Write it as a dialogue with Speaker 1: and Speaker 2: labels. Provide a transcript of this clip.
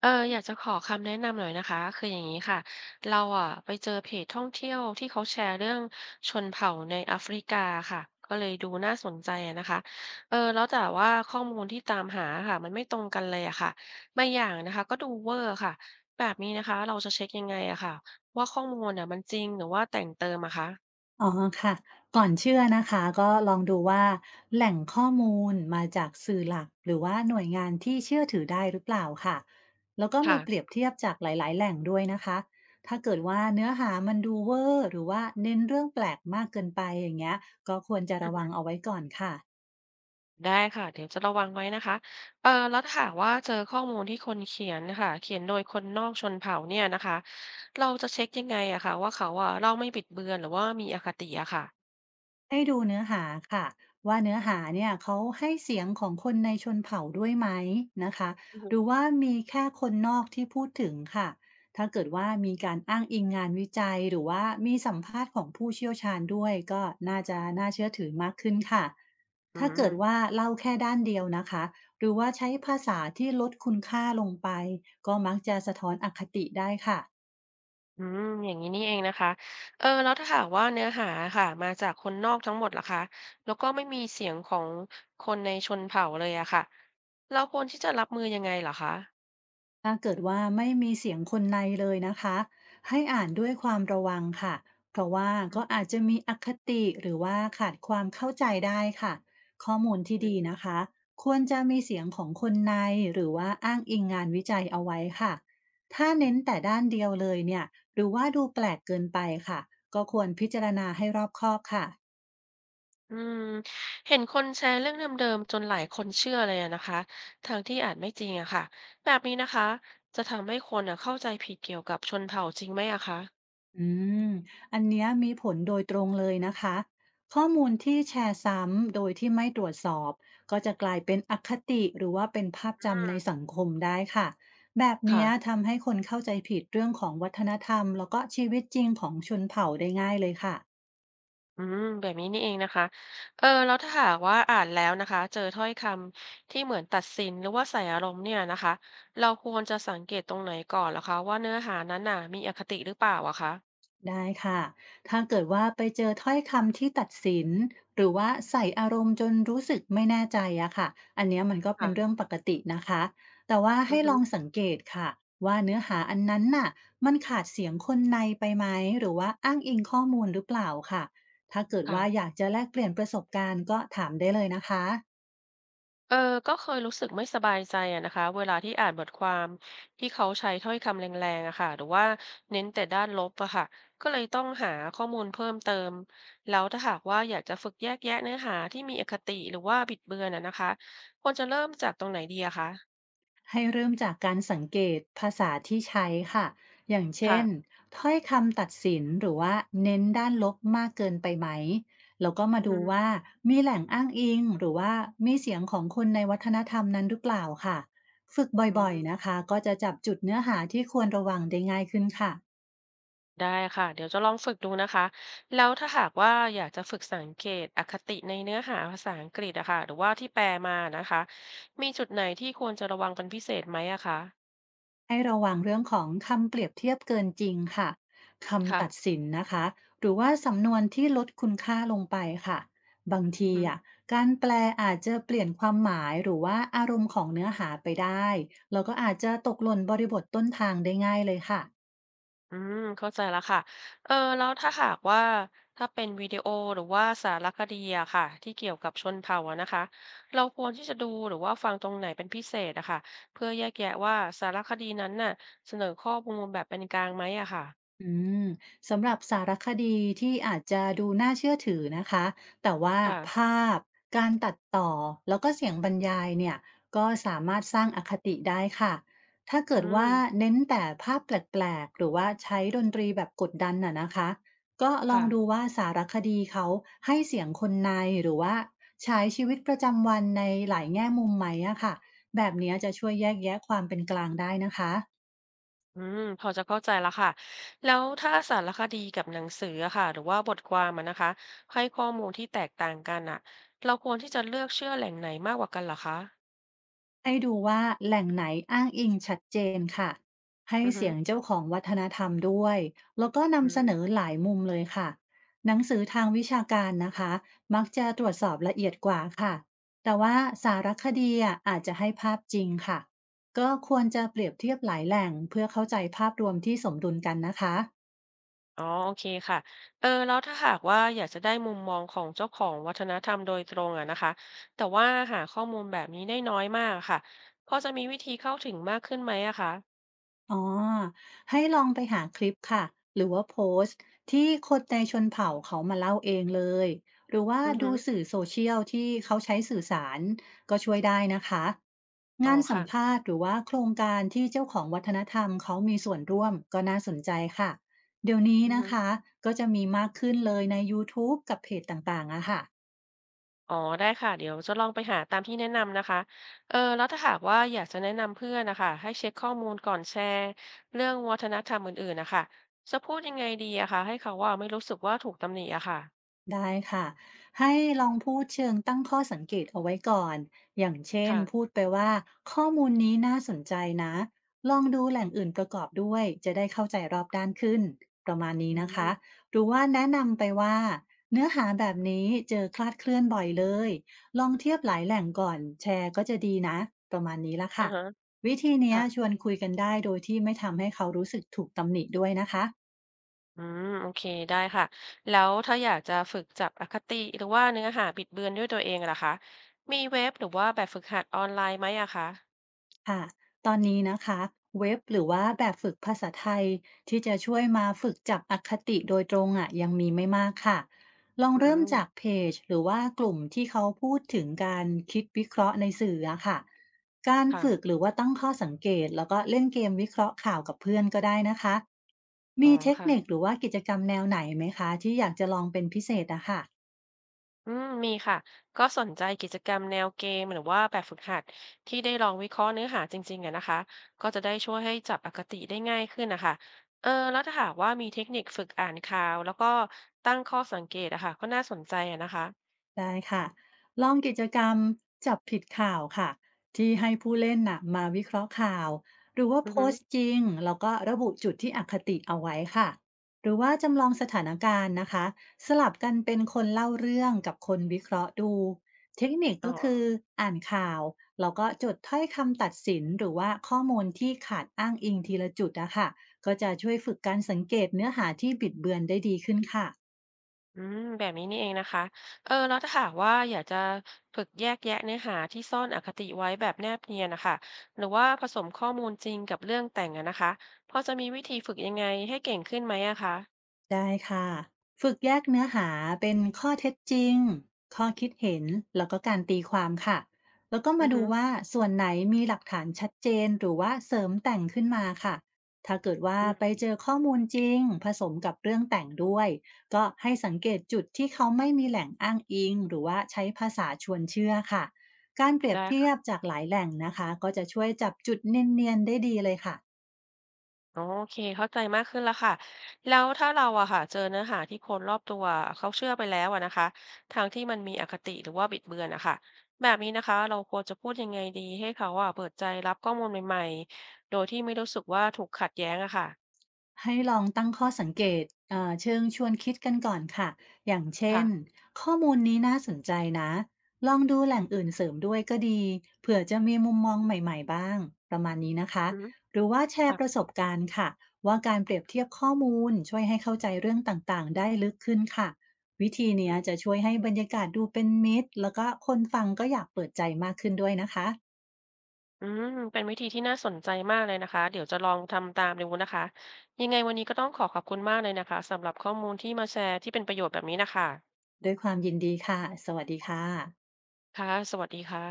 Speaker 1: อยากจะขอคำแนะนำหน่อยนะคะคืออย่างนี้ค่ะเราอะไปเจอเพจท่องเที่ยวที่เขาแชร์เรื่องชนเผ่าในแอฟริกาค่ะก็เลยดูน่าสนใจอะนะคะแล้วแต่ว่าข้อมูลที่ตามหาค่ะมันไม่ตรงกันเลยอะค่ะบางอย่างนะคะก็ดูเวอร์ค่ะแบบนี้นะคะเราจะเช็คยังไงอะค่ะว่าข้อมูลอะมันจริงหรือว่าแต่งเติมอะคะ
Speaker 2: อ๋อค่ะก่อนเชื่อนะคะก็ลองดูว่าแหล่งข้อมูลมาจากสื่อหลักหรือว่าหน่วยงานที่เชื่อถือได้หรือเปล่าค่ะแล้วก็
Speaker 1: ค่ะ
Speaker 2: มาเปรียบเทียบจากหลายๆแหล่งด้วยนะคะถ้าเกิดว่าเนื้อหามันดูเวอร์หรือว่าเน้นเรื่องแปลกมากเกินไปอย่างเงี้ยก็ควรจะระวังเอาไว้ก่อนค่ะ
Speaker 1: ได้ค่ะเดี๋ยวจะระวังไว้นะคะแล้วถ้าหากว่าเจอข้อมูลที่คนเขียนนะค่ะเขียนโดยคนนอกชนเผ่าเนี่ยนะคะเราจะเช็คยังไงอะค่ะว่าเขาอะเล่าไม่บิดเบือนหรือว่ามีอคติอะค่ะ
Speaker 2: ให้ดูเนื้อหาค่ะว่าเนื้อหาเนี่ยเขาให้เสียงของคนในชนเผ่าด้วยไหมนะคะ
Speaker 1: อือฮึ
Speaker 2: หรือว่ามีแค่คนนอกที่พูดถึงค่ะถ้าเกิดว่ามีการอ้างอิงงานวิจัยหรือว่ามีสัมภาษณ์ของผู้เชี่ยวชาญด้วยก็น่าจะน่าเชื่อถือมากขึ้นค่ะ
Speaker 1: อื
Speaker 2: ถ้าเกิดว่า
Speaker 1: ม
Speaker 2: เล่าแค่ด้านเดียวนะคะหรือว่าใช้ภาษาที่ลดคุณค่าลงไปก็มักจะสะท้อนอคติได้ค่ะ
Speaker 1: อืมอย่างนี้นี่เองนะคะแล้วถ้าหากว่าเนื้อหาค่ะมาจากคนนอกทั้งหมดล่ะคะแล้วก็ไม่มีเสียงของคนในชนเผ่าเลยอะค่ะเราควรที่จะรับมือยังไงเหรอคะ
Speaker 2: ถ้าเกิดว่าไม่มีเสียงคนในเลยนะคะให้อ่านด้วยความระวังค่ะเพราะว่า
Speaker 1: อื
Speaker 2: ก็อาจจะมีอคติหรือว่าขาดความเข้าใจได้ค่ะข้อมูลที่ดี
Speaker 1: ม
Speaker 2: นะคะควรจะมีเสียงของคนในหรือว่าอ้างอิงงานวิจัยเอาไว้ค่ะถ้าเน้นแต่ด้านเดียวเลยเนี่ยหรือว่าดูแปลกเกินไปค่ะก็ควรพิจารณาให้รอบคอบค่ะ
Speaker 1: อืมเห็นคนแชร์เรื่องเดิมๆจนหลายคนเชื่อเลยอะนะคะทั้งที่อาจไม่จริงอะค่ะแบบนี้นะคะจะทำให้คนอะเข้าใจผิดเกี่ยวกับชนเผ่าจริงไหมอะคะ
Speaker 2: อืมอันเนี้ยมีผลโดยตรงเลยนะคะข้อมูลที่แชร์ซ้ำโดยที่ไม่ตรวจสอบก็จะกลายเป็นอคติหรือว่าเป็นภาพ
Speaker 1: อื
Speaker 2: จำ
Speaker 1: ม
Speaker 2: ในสังคมได้ค่ะแบบ
Speaker 1: ค่ะ
Speaker 2: เนี้ยทำให้คนเข้าใจผิดเรื่องของวัฒนธรรมแล้วก็ชีวิตจริงของชนเผ่าได้ง่ายเลยค่ะ
Speaker 1: อืมแบบนี้นี่เองนะคะแล้วถ้าหากว่าอ่านแล้วนะคะเจอถ้อยคำที่เหมือนตัดสินหรือว่าใส่อารมณ์เนี่ยนะคะเราควรจะสังเกตตรงไหนก่อนเหรอคะว่าเนื้อหานั้นน่ะมีอคติหรือเปล่าอะคะ
Speaker 2: ได้ค่ะ ถ้าเกิดว่าไปเจอถ้อยคำที่ตัดสินหรือว่าใส่อารมณ์จนรู้สึกไม่แน่ใจอะค่ะอันเนี้ยมันก็เป็
Speaker 1: ค่ะ
Speaker 2: นเรื่องปกตินะคะ แต่ว่า
Speaker 1: อือ
Speaker 2: ให้
Speaker 1: ฮึ
Speaker 2: ลองสังเกตค่ะว่าเนื้อหาอันนั้นน่ะมันขาดเสียงคนในไปไหมหรือว่าอ้างอิงข้อมูลหรือเปล่าค่ะถ้าเกิดว่าอ
Speaker 1: ค่ะ
Speaker 2: ยากจะแลกเปลี่ยนประสบการณ์ก็ถามได้เลยนะคะ
Speaker 1: เออก็เคยรู้สึกไม่สบายใจอะนะคะเวลาที่อ่านบทความที่เขาใช้ถ้อยคำแรงๆอะค่ะหรือว่าเน้นแต่ด้านลบอะค่ะก็เลยต้องหาข้อมูลเพิ่มเติมแล้วถ้าหากว่าอยากจะฝึกแยกแยะเนื้อหาที่มีอคติหรือว่าบิดเบือนอะนะคะควรจะเริ่มจากตรงไหนดีอะคะ
Speaker 2: ให้เริ่มจากการสังเกตภาษาที่ใช้ค่ะ อย่างเช่น
Speaker 1: ค่ะ
Speaker 2: ถ้อยคำตัดสินหรือว่าเน้นด้านลบมากเกินไปไหมแล้วก็มา
Speaker 1: อื
Speaker 2: ดูว่า
Speaker 1: ม
Speaker 2: มีแหล่งอ้างอิงหรือว่ามีเสียงของคนในวัฒนธรรมนั้นหรือเปล่าค่ะ ฝึก
Speaker 1: อื
Speaker 2: บ่อย
Speaker 1: ม
Speaker 2: ๆนะคะก็จะจับจุดเนื้อหาที่ควรระวังได้ง่ายขึ้นค่ะ
Speaker 1: ได้ค่ะเดี๋ยวจะลองฝึกดูนะคะแล้วถ้าหากว่าอยากจะฝึกสังเกตอคติในเนื้อหาภาษาอังกฤษอะค่ะหรือว่าที่แปลมานะคะมีจุดไหนที่ควรจะระวังเป็นพิเศษไหมอะคะ
Speaker 2: ให้ระวังเรื่องของคำเปรียบเทียบเกินจริงค่ะ
Speaker 1: ค่ะ
Speaker 2: คำตัดสินนะคะหรือว่าสำนวนที่ลดคุณค่าลงไปค่ะบาง
Speaker 1: อือ
Speaker 2: ที
Speaker 1: ฮึ
Speaker 2: อ่ะการแปลอาจจะเปลี่ยนความหมายหรือว่าอารมณ์ของเนื้อหาไปได้แล้วก็อาจจะตกหล่นบริบทต้นทางได้ง่ายเลยค่ะ
Speaker 1: อืมเข้าใจแล้วค่ะแล้วถ้าหากว่าเป็นวิดีโอหรือว่าสารคดีอะค่ะที่เกี่ยวกับชนเผ่าอะนะคะเราควรที่จะดูหรือว่าฟังตรงไหนเป็นพิเศษอะค่ะเพื่อแยกแยะว่าสารคดีนั้นน่ะเสนอข้อมูลแบบเป็นกลางไหมอะค่ะ
Speaker 2: อืมสำหรับสารคดีที่อาจจะดูน่าเชื่อถือนะคะแต่ว่าภ
Speaker 1: ค่ะ
Speaker 2: าพการตัดต่อแล้วก็เสียงบรรยายเนี่ยก็สามารถสร้างอคติได้ค่ะถ้า
Speaker 1: อื
Speaker 2: เกิดว่า
Speaker 1: ม
Speaker 2: เน้นแต่ภาพแปลกๆหรือว่าใช้ดนตรีแบบกดดันน่ะนะคะก็ลอ
Speaker 1: ค่ะ
Speaker 2: งดูว่าสารคดีเขาให้เสียงคนในหรือว่าใช้ชีวิตประจำวันในหลายแง่มุมไหมอะค่ะแบบเนี้ยจะช่วยแยกแยะความเป็นกลางได้นะคะ
Speaker 1: อืมพอจะเข้าใจแล้วค่ะ แล้วถ้าสารคดีกับหนังสืออะค่ะหรือว่าบทความอะนะคะให้ข้อมูลที่แตกต่างกันอะเราควรที่จะเลือกเชื่อแหล่งไหนมากกว่ากันเหรอคะ
Speaker 2: ให้ดูว่าแหล่งไหนอ้างอิงชัดเจนค่ะให้
Speaker 1: อือฮึ
Speaker 2: เสียงเจ้าของวัฒนธรรมด้วยแล้วก็
Speaker 1: อื
Speaker 2: นำเสน
Speaker 1: ม
Speaker 2: อหลายมุมเลยค่ะหนังสือทางวิชาการนะคะมักจะตรวจสอบละเอียดกว่าค่ะแต่ว่าสารคดีอ่ะอาจจะให้ภาพจริงค่ะก็ควรจะเปรียบเทียบหลายแหล่งเพื่อเข้าใจภาพรวมที่สมดุลกันนะคะ
Speaker 1: อ๋อโอเคค่ะแล้วถ้าหากว่าอยากจะได้มุมมองของเจ้าของวัฒนธรรมโดยตรงอะนะคะแต่ว่าหาข้อมูลแบบนี้ได้น้อยมากอะค่ะพอจะมีวิธีเข้าถึงมากขึ้นไหมอะคะ
Speaker 2: อ๋อให้ลองไปหาคลิปค่ะหรือว่าโพสต์ที่คนในชนเผ่าเขามาเล่าเองเลยหรือว่า
Speaker 1: อือฮึ
Speaker 2: ดูสื่อโซเชียลที่เขาใช้สื่อสารก็ช่วยได้นะคะ
Speaker 1: อ๋อ
Speaker 2: งานสั
Speaker 1: ค่ะ
Speaker 2: มภาษณ์หรือว่าโครงการที่เจ้าของวัฒนธรรมเขามีส่วนร่วมก็น่าสนใจค่ะเดี๋ยวนี้
Speaker 1: อือ
Speaker 2: นะ
Speaker 1: ฮึ
Speaker 2: คะก็จะมีมากขึ้นเลยใน YouTube กับเพจต่างๆอะค่ะ
Speaker 1: อ๋อได้ค่ะเดี๋ยวจะลองไปหาตามที่แนะนำนะคะแล้วถ้าหากว่าอยากจะแนะนำเพื่อนนะคะให้เช็คข้อมูลก่อนแชร์เรื่องวัฒนธรรมอื่นๆนะคะจะพูดยังไงดีอะคะให้เขาว่าไม่รู้สึกว่าถูกตำหนิอะค่ะ
Speaker 2: ได้ค่ะให้ลองพูดเชิงตั้งข้อสังเกตเอาไว้ก่อนอย่างเช่น
Speaker 1: ค่ะ
Speaker 2: พูดไปว่าข้อมูลนี้น่าสนใจนะลองดูแหล่งอื่นประกอบด้วยจะได้เข้าใจรอบด้านขึ้นประมาณนี้
Speaker 1: อื
Speaker 2: นะคะ
Speaker 1: ม
Speaker 2: หรือว่าแนะนำไปว่าเนื้อหาแบบนี้เจอคลาดเคลื่อนบ่อยเลยลองเทียบหลายแหล่งก่อนแชร์ก็จะดีนะประมาณนี้ละ
Speaker 1: อ่า
Speaker 2: ค่ะ
Speaker 1: ฮะ
Speaker 2: วิธีเนี้ยชว
Speaker 1: ค่ะ
Speaker 2: นคุยกันได้โดยที่ไม่ทำให้เขารู้สึกถูกตำหนิด้วยนะคะ
Speaker 1: อืมโอเคได้ค่ะแล้วถ้าอยากจะฝึกจับอคติหรือว่าเนื้อหาบิดเบือนด้วยตัวเองล่ะคะมีเว็บหรือว่าแบบฝึกหัดออนไลน์ไหมอะคะ
Speaker 2: ค่ะตอนนี้นะคะเว็บหรือว่าแบบฝึกภาษาไทยที่จะช่วยมาฝึกจับอคติโดยตรงอ่ะยังมีไม่มากค่ะลอง
Speaker 1: อื
Speaker 2: เริ่มจาก
Speaker 1: ม
Speaker 2: เพจหรือว่ากลุ่มที่เขาพูดถึงการคิดวิเคราะห์ในสื่ออะค่ะการ
Speaker 1: ค่ะ
Speaker 2: ฝึกหรือว่าตั้งข้อสังเกตแล้วก็เล่นเกมวิเคราะห์ข่าวกับเพื่อนก็ได้นะคะ
Speaker 1: อ๋อ
Speaker 2: มีเทคนิค
Speaker 1: ค่ะ
Speaker 2: หรือว่ากิจกรรมแนวไหนไหมคะที่อยากจะลองเป็นพิเศษอะค่ะ
Speaker 1: อืมมีค่ะก็สนใจกิจกรรมแนวเกมหรือว่าแบบฝึกหัดที่ได้ลองวิเคราะห์เนื้อหาจริงๆอะนะคะก็จะได้ช่วยให้จับอคติได้ง่ายขึ้นนะคะแล้วถ้าหากว่ามีเทคนิคฝึกอ่านข่าวแล้วก็ตั้งข้อสังเกตอะค่ะก็น่าสนใจอะนะคะ
Speaker 2: ได้ค่ะลองกิจกรรมจับผิดข่าวค่ะที่ให้ผู้เล่นน่ะมาวิเคราะห์ข่าวหรือว่า
Speaker 1: อือ
Speaker 2: โพ
Speaker 1: ฮึ
Speaker 2: สต์จริงแล้วก็ระบุจุดที่อคติเอาไว้ค่ะหรือว่าจำลองสถานการณ์นะคะสลับกันเป็นคนเล่าเรื่องกับคนวิเคราะห์ดูเทคนิค
Speaker 1: อ๋อ
Speaker 2: ก็คืออ่านข่าวแล้วก็จดถ้อยคำตัดสินหรือว่าข้อมูลที่ขาดอ้างอิงทีละจุดนะคะก็จะช่วยฝึกการสังเกตเนื้อหาที่บิดเบือนได้ดีขึ้นค่ะ
Speaker 1: อืมแบบนี้นี่เองนะคะ แล้วถ้าหากว่าอยากจะฝึกแยกแยะเนื้อหาที่ซ่อนอคติไว้แบบแนบเนียนนะคะ หรือว่าผสมข้อมูลจริงกับเรื่องแต่งอะนะคะ พอจะมีวิธีฝึกยังไงให้เก่งขึ้นไหมอะคะ
Speaker 2: ได้ค่ะ ฝึกแยกเนื้อหาเป็นข้อเท็จจริง ข้อคิดเห็น แล้วก็การตีความค่ะ แล้วก็
Speaker 1: อื
Speaker 2: มา
Speaker 1: อ
Speaker 2: ดู
Speaker 1: ฮึ
Speaker 2: ว่าส่วนไหนมีหลักฐานชัดเจนหรือว่าเสริมแต่งขึ้นมาค่ะ ถ้าเกิดว่า
Speaker 1: อื
Speaker 2: ไป
Speaker 1: ม
Speaker 2: เจอข้อมูลจริงผสมกับเรื่องแต่งด้วย ก็ให้สังเกตจุดที่เขาไม่มีแหล่งอ้างอิงหรือว่าใช้ภาษาชวนเชื่อค่ะ การเปรียบเทีย
Speaker 1: ได้
Speaker 2: บจากหลายแหล่งนะคะก็จะช่วยจับจุดเนียนๆได้ดีเลยค่ะ
Speaker 1: อ๋อโอเคเข้าใจมากขึ้นแล้วค่ะแล้วถ้าเราอะค่ะเจอเนื้อหาที่คนรอบตัวเขาเชื่อไปแล้วอะนะคะทา้งที่มันมีอคติหรือว่าบิดเบือนอะค่ะแบบนี้นะคะเราควรจะพูดยังไงดีให้เขาอะเปิดใจรับข้อมูลใหม่ๆโดยที่ไม่รู้สึกว่าถูกขัดแย้งอะค่ะ
Speaker 2: ให้ลองตั้งข้อสังเกตเชิงชวนคิดกันก่อนค่ะอย่างเช่
Speaker 1: ค่ะ
Speaker 2: นข้อมูลนี้น่าสนใจนะลองดูแหล่งอื่นเสริมด้วยก็ดีเผื่อจะมีมุมมองใหม่ๆบ้างประมาณนี้นะคะ
Speaker 1: อืม
Speaker 2: หรือว่าแชร์
Speaker 1: ค่ะ
Speaker 2: ประสบการณ์ค่ะว่าการเปรียบเทียบข้อมูลช่วยให้เข้าใจเรื่องต่างๆได้ลึกขึ้นค่ะวิธี
Speaker 1: อื
Speaker 2: เนี้ยจะ
Speaker 1: ม
Speaker 2: ช่วยให้บรรยากาศดูเป็นมิตรแล้วก็คนฟังก็อยากเปิดใจมากขึ้นด้วยนะคะ
Speaker 1: อืมเป็นวิธีที่น่าสนใจมากเลยนะคะเดี๋ยวจะลองทำตามดูนะคะยังไงวันนี้ก็ต้องขอขอบคุณมากเลยนะคะสำหรับข้อมูลที่มาแชร์ที่เป็นประโยชน์แบบนี้นะคะ
Speaker 2: ด้วยความยินดีค่ะสวัสดีค่ะ
Speaker 1: ค่ะสวัสดีค่ะ